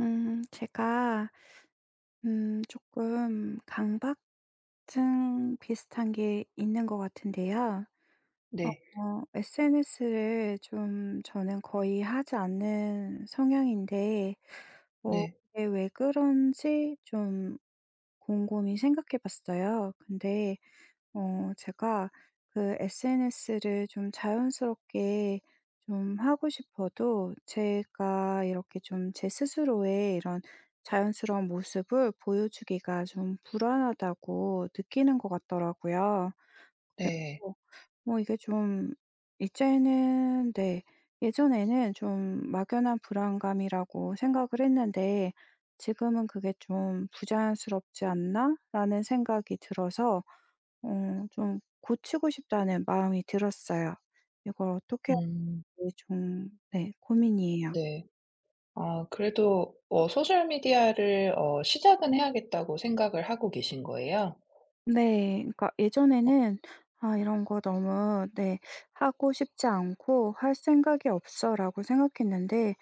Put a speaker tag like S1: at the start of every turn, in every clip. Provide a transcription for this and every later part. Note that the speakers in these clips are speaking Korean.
S1: 음, 제가, 조금 강박증 비슷한 게 있는 것 같은데요.
S2: 네.
S1: SNS를 좀 저는 거의 하지 않는 성향인데, 어,
S2: 네.
S1: 이게 왜 그런지 좀 곰곰이 생각해 봤어요. 근데 제가 그 SNS를 좀 자연스럽게 좀 하고 싶어도, 제가 이렇게 좀 제 스스로의 이런 자연스러운 모습을 보여주기가 좀 불안하다고 느끼는 것 같더라고요.
S2: 네.
S1: 그래서 뭐 이게 좀 이제는, 네, 예전에는 좀 막연한 불안감이라고 생각을 했는데, 지금은 그게 좀 '부자연스럽지 않나?'라는 생각이 들어서 좀 고치고 싶다는 마음이 들었어요. 이걸 어떻게 해야
S2: 음
S1: 할지 좀, 네, 고민이에요.
S2: 네. 아 그래도 소셜 미디어를 시작은 해야겠다고 생각을 하고 계신 거예요?
S1: 네. 그러니까 예전에는 '아 이런 거 너무 네 하고 싶지 않고 할 생각이 없어.'라고 생각했는데,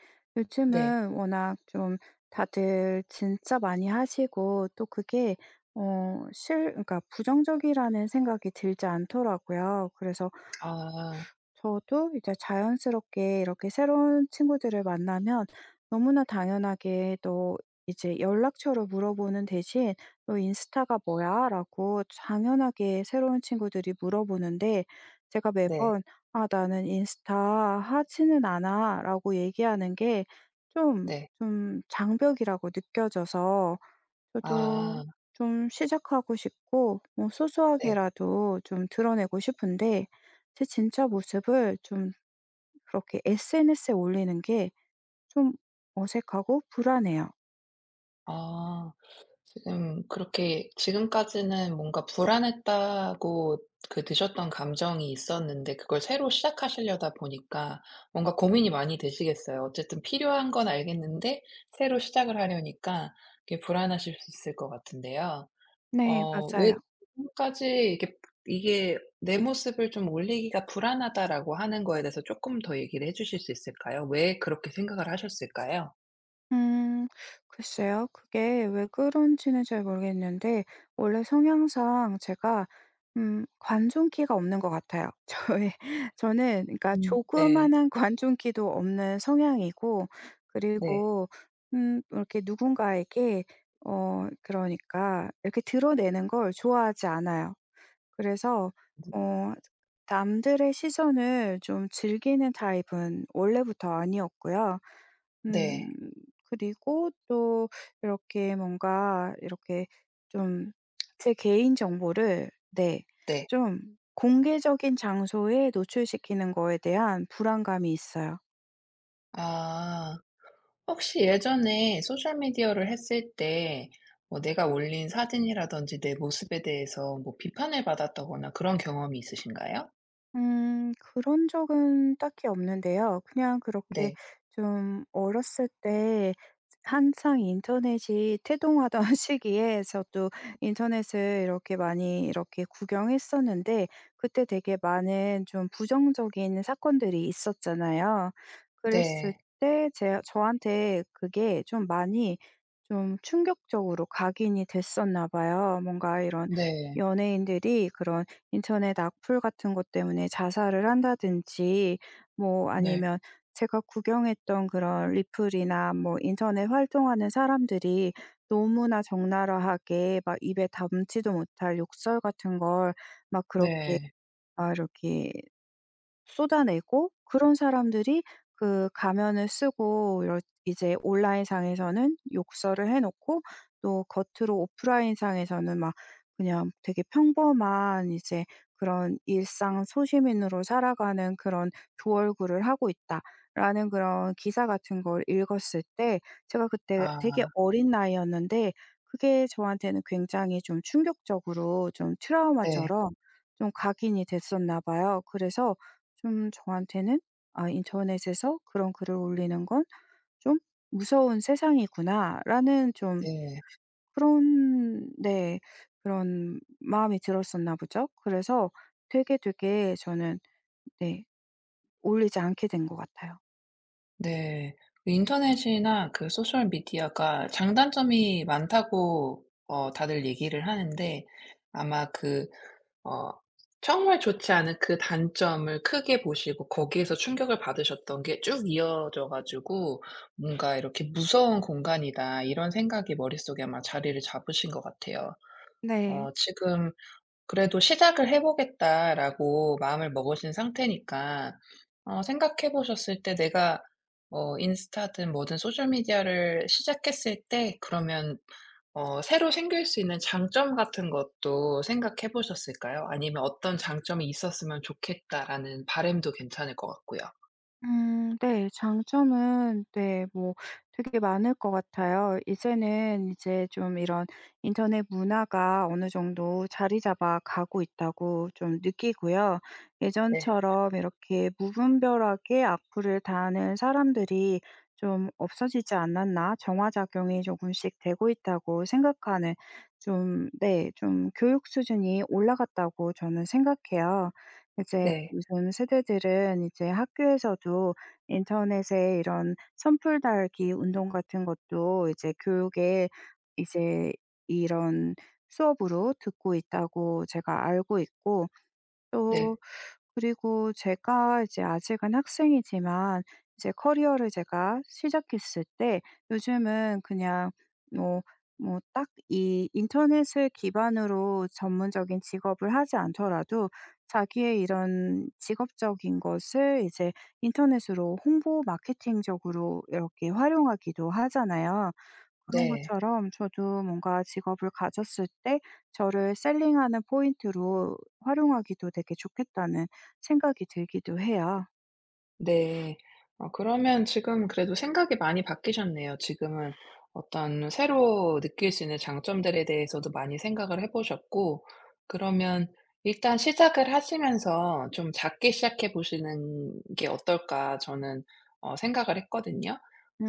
S2: 네.
S1: 요즘은 워낙 좀 다들 진짜 많이 하시고, 또 그게 어 실 그러니까 부정적이라는 생각이 들지 않더라고요. 그래서
S2: 아
S1: 저도 이제 자연스럽게, 이렇게 새로운 친구들을 만나면 너무나 당연하게 또 이제 연락처를 물어보는 대신 "너 인스타가 뭐야?" 라고 당연하게 새로운 친구들이 물어보는데, 제가
S2: 네.
S1: 매번 "아 나는 인스타 하지는 않아." 라고 얘기하는 게 좀,
S2: 네.
S1: 좀 장벽이라고 느껴져서, 저도
S2: 아
S1: 좀 시작하고 싶고 뭐
S2: 네.
S1: 소소하게라도 좀 드러내고 싶은데, 제 진짜 모습을 좀 그렇게 SNS에 올리는 게 좀 어색하고 불안해요.
S2: 아 지금 그렇게 지금까지는 뭔가 불안했다고 그 드셨던 감정이 있었는데 그걸 새로 시작하시려다 보니까 뭔가 고민이 많이 되시겠어요. 어쨌든 필요한 건 알겠는데 새로 시작을 하려니까 이게 불안하실 수 있을 것 같은데요.
S1: 네,
S2: 왜
S1: 맞아요.
S2: 지금까지 이게 '내 모습을 좀 올리기가 불안하다.'라고 하는 거에 대해서 조금 더 얘기를 해 주실 수 있을까요? 왜 그렇게 생각을 하셨을까요?
S1: 음. 글쎄요. 그게 왜 그런지는 잘 모르겠는데, 원래 성향상 제가 관종기가 없는 것 같아요. 저의 저는 그러니까
S2: 음. 네.
S1: 조그마한 관종기도 없는 성향이고,
S2: 네.
S1: 그리고 이렇게 누군가에게 그러니까 이렇게 드러내는 걸 좋아하지 않아요. 그래서 어 남들의 시선을 좀 즐기는 타입은 원래부터 아니었고요. 음
S2: 네.
S1: 그리고 또 이렇게 뭔가 이렇게 좀 제 개인 정보를, 네,
S2: 네.
S1: 좀 공개적인 장소에 노출시키는 거에 대한 불안감이 있어요.
S2: 아. 혹시 예전에 소셜 미디어를 했을 때 뭐 내가 올린 사진이라든지 내 모습에 대해서 뭐 비판을 받았다거나 그런 경험이 있으신가요?
S1: 그런 적은 딱히 없는데요. 그냥 그렇게
S2: 네.
S1: 좀 어렸을 때 한창 인터넷이 태동하던 시기에 저도 인터넷을 이렇게 많이 이렇게 구경했었는데, 그때 되게 많은 좀 부정적인 사건들이 있었잖아요. 그랬을
S2: 네.
S1: 때 제 저한테 그게 좀 많이 좀 충격적으로 각인이 됐었나 봐요. 뭔가 이런
S2: 네.
S1: 연예인들이 그런 인터넷 악플 같은 것 때문에 자살을 한다든지, 뭐
S2: 네.
S1: 아니면 제가 구경했던 그런 리플이나 뭐 인터넷 활동하는 사람들이 너무나 적나라하게 막 입에 담지도 못할 욕설 같은 걸 막 그렇게
S2: 네.
S1: 막 이렇게 쏟아내고, 그런 사람들이 그 가면을 쓰고 이 이제 온라인상에서는 욕설을 해 놓고 또 겉으로 오프라인상에서는 막 그냥 되게 평범한 이제 그런 일상 소시민으로 살아가는, 그런 두 얼굴을 하고 있다라는 그런 기사 같은 걸 읽었을 때, 제가 그때
S2: 아.
S1: 되게 어린 나이였는데 그게 저한테는 굉장히 좀 충격적으로 좀
S2: 네.
S1: 트라우마처럼 좀 각인이 됐었나 봐요. 그래서 좀 저한테는 '아 인터넷에서 그런 글을 올리는 건 좀 무서운 세상이구나.'라는 좀
S2: 네.
S1: 그런, 네, 그런 마음이 들었었나 보죠. 그래서 되게, 되게 저는, 네, 올리지 않게 된 것 같아요.
S2: 네. 그 인터넷이나 그 소셜 미디어가 장단점이 많다고 다들 얘기를 하는데 아마 그 어 정말 좋지 않은 그 단점을 크게 보시고 거기에서 충격을 받으셨던 게 쭉 이어져 가지고 뭔가 이렇게 '무서운 공간이다.' 이런 생각이 머릿속에 아마 자리를 잡으신 것 같아요.
S1: 네.
S2: 지금 그래도 '시작을 해 보겠다.'라고 마음을 먹으신 상태니까 생각해 보셨을 때 내가 인스타든 뭐든 소셜 미디어를 시작했을 때 그러면 새로 생길 수 있는 장점 같은 것도 생각해 보셨을까요? 아니면 '어떤 장점이 있었으면 좋겠다.'라는 바람도 괜찮을 것 같고요.
S1: 음, 네. 장점은, 네, 뭐 되게 많을 것 같아요. 이제는 이제 좀 이런 인터넷 문화가 어느 정도 자리 잡아 가고 있다고 좀 느끼고요.
S2: 네.
S1: 예전처럼 이렇게 무분별하게 악플을 다는 사람들이 좀 없어지지 않았나, 정화작용이 조금씩 되고 있다고 생각하는, 좀, 네, 좀 교육 수준이 올라갔다고 저는 생각해요. 이제
S2: 네.
S1: 요즘 세대들은 이제 학교에서도 인터넷에 이런 선풀 달기 운동 같은 것도 이제 교육에 이제 이런 수업으로 듣고 있다고 제가 알고 있고,
S2: 네.
S1: 또 그리고 제가 이제 아직은 학생이지만 이제 커리어를 제가 시작했을 때, 요즘은 그냥 뭐 뭐 딱 이 인터넷을 기반으로 전문적인 직업을 하지 않더라도 자기의 이런 직업적인 것을 이제 인터넷으로 홍보 마케팅적으로 이렇게 활용하기도 하잖아요. 그런
S2: 네.
S1: 것처럼 저도 뭔가 직업을 가졌을 때 저를 셀링하는 포인트로 활용하기도 되게 좋겠다는 생각이 들기도 해요.
S2: 네. 그러면 지금 그래도 생각이 많이 바뀌셨네요. 지금은 어떤 새로 느낄 수 있는 장점들에 대해서도 많이 생각을 해 보셨고 그러면 일단 시작을 하시면서 좀 작게 시작해 보시는 게 어떨까 저는 생각을 했거든요.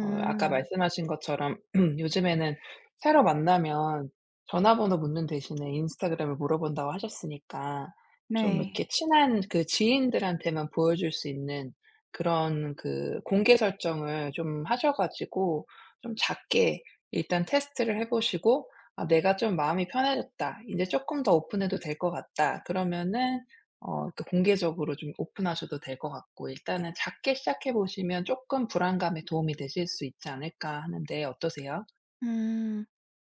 S2: 아까 말씀하신 것처럼 요즘에는 새로 만나면 전화번호 묻는 대신에 인스타그램을 물어본다고 하셨으니까 좀
S1: 네.
S2: 이렇게 친한 그 지인들한테만 보여줄 수 있는 그런 그 공개 설정을 좀 하셔 가지고 좀 작게 일단 테스트를 해 보시고 '아 내가 좀 마음이 편해졌다. 이제 조금 더 오픈해도 될 것 같다.' 그러면은 그 공개적으로 좀 오픈하셔도 될 것 같고 일단은 작게 시작해 보시면 조금 불안감에 도움이 되실 수 있지 않을까 하는데 어떠세요?
S1: 음.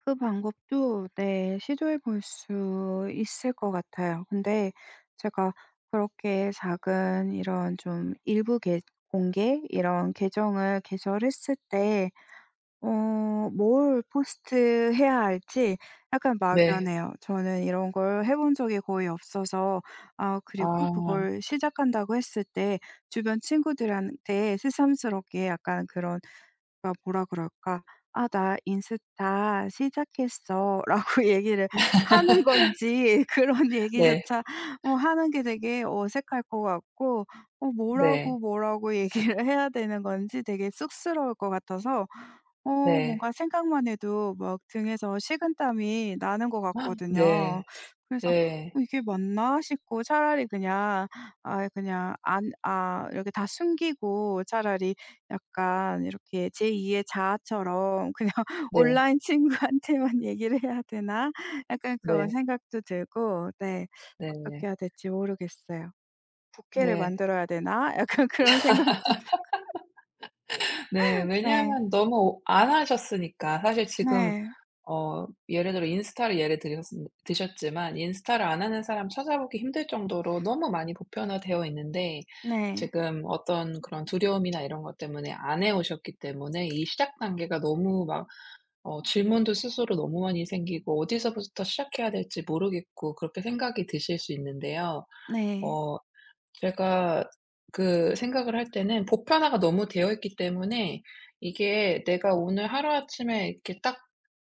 S1: 그 방법도, 네, 시도해 볼 수 있을 것 같아요. 근데 제가 그렇게 작은 이런 좀 공개 이런 계정을 개설했을 때 뭘 포스트해야 할지 약간
S2: 네.
S1: 막연해요. 저는 이런 걸 해본 적이 거의 없어서. 그리고
S2: 아.
S1: 그걸 시작한다고 했을 때 주변 친구들한테 새삼스럽게 약간 그런 가 뭐라 그럴까? "아 나 인스타 시작했어."라고 얘기를 하는 건지 그런
S2: 네.
S1: 얘기조차 하는 게 되게 어색할 것 같고,
S2: 네.
S1: 뭐라고 얘기를 해야 되는 건지 되게 쑥스러울 것 같아서, 어
S2: 네.
S1: 뭔가 생각만 해도 막 등에서 식은땀이 나는 것
S2: 아, 네.
S1: 같거든요. 그래서
S2: 네.
S1: '어 이게 맞나?' 싶고, 차라리 그냥 아예 그냥 안 이렇게 다 숨기고, 차라리 약간 이렇게 제2의 자아처럼 그냥
S2: 네.
S1: 온라인 친구한테만 얘기를 해야 되나? 약간 그런
S2: 네.
S1: 생각도 들고, 네. 어떻게
S2: 네.
S1: 해야 될지 모르겠어요. '부캐를
S2: 네.
S1: 만들어야 되나?' 약간 그런 생각도.
S2: 네.
S1: 네.
S2: 왜냐하면 너무 안 하셨으니까. 사실 지금
S1: 네.
S2: 예를 들어 인스타를 예를 들셨은 드셨지만 인스타를 안 하는 사람 찾아보기 힘들 정도로 너무 많이 보편화되어 있는데
S1: 네.
S2: 지금 어떤 그런 두려움이나 이런 것 때문에 안 해 오셨기 때문에 이 시작 단계가 너무 막 질문도 스스로 너무 많이 생기고 어디서부터 시작해야 될지 모르겠고 그렇게 생각이 드실 수 있는데요.
S1: 네.
S2: 어 제가 그 생각을 할 때는 보편화가 너무 되어 있기 때문에 이게 내가 오늘 하루아침에 이렇게 딱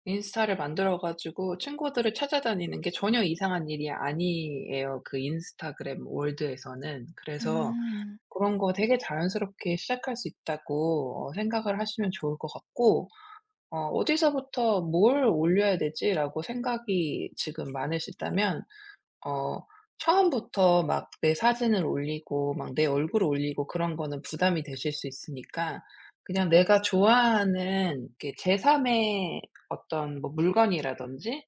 S2: 인스타를 만들어 가지고 친구들을 찾아다니는 게 전혀 이상한 일이 아니에요, 그 인스타그램 월드에서는. 그래서
S1: 음.
S2: 그런 거 되게 자연스럽게 시작할 수 있다고 생각을 하시면 좋을 것 같고 '어디서부터 뭘 올려야 되지?'라고 생각이 지금 많으시다면 어 처음부터 막 내 사진을 올리고 막 내 얼굴을 올리고 그런 거는 부담이 되실 수 있으니까 그냥 내가 좋아하는 이렇게 제 3의 어떤 뭐 물건이라든지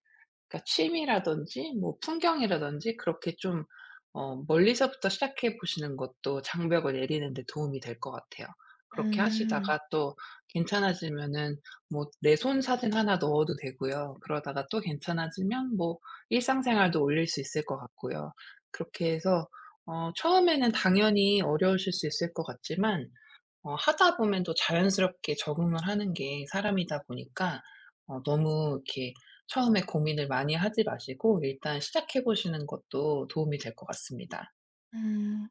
S2: 그러니까 취미라든지 뭐 풍경이라든지 그렇게 좀 멀리서부터 시작해 보시는 것도 장벽을 내리는 데 도움이 될 것 같아요. 그렇게
S1: 음.
S2: 하시다가 또 괜찮아지면은 뭐 내 손 사진 하나 넣어도 되고요. 그러다가 또 괜찮아지면 뭐 일상생활도 올릴 수 있을 것 같고요. 그렇게 해서 처음에는 당연히 어려우실 수 있을 것 같지만 하다 보면 또 자연스럽게 적응을 하는 게 사람이다 보니까 너무 이렇게 처음에 고민을 많이 하지 마시고 일단 시작해 보시는 것도 도움이 될 것 같습니다.
S1: 음.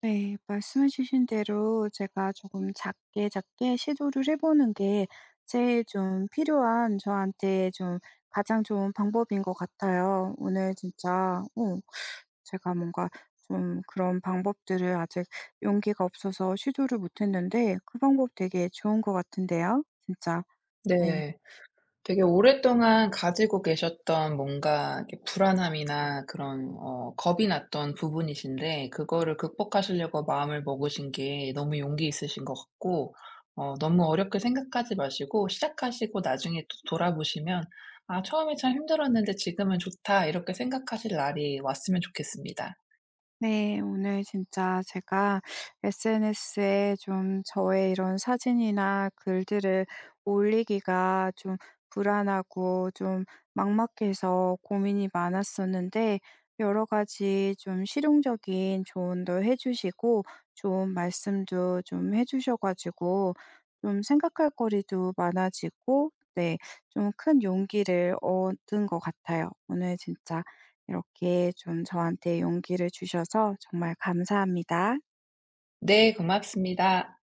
S1: 네. 말씀해 주신 대로 제가 조금 작게 작게 시도를 해 보는 게 제일 좀 필요한, 저한테 좀 가장 좋은 방법인 것 같아요. 오늘 진짜 제가 뭔가 좀 그런 방법들을 아직 용기가 없어서 시도를 못 했는데, 그 방법 되게 좋은 것 같은데요, 진짜. 네.
S2: 네. 되게 오랫동안 가지고 계셨던 뭔가 이렇게 불안함이나 그런 겁이 났던 부분이신데 그거를 극복하시려고 마음을 먹으신 게 너무 용기 있으신 것 같고 너무 어렵게 생각하지 마시고 시작하시고 나중에 또 돌아보시면 '아 처음에 참 힘들었는데 지금은 좋다.' 이렇게 생각하실 날이 왔으면 좋겠습니다.
S1: 네. 오늘 진짜 제가 SNS에 좀 저의 이런 사진이나 글들을 올리기가 좀 불안하고 좀 막막해서 고민이 많았었는데, 여러 가지 좀 실용적인 조언도 해 주시고 좋은 말씀도 좀 해 주셔 가지고 좀 생각할 거리도 많아지고, 네, 좀 큰 용기를 얻은 것 같아요. 오늘 진짜 이렇게 좀 저한테 용기를 주셔서 정말 감사합니다.
S2: 네. 고맙습니다.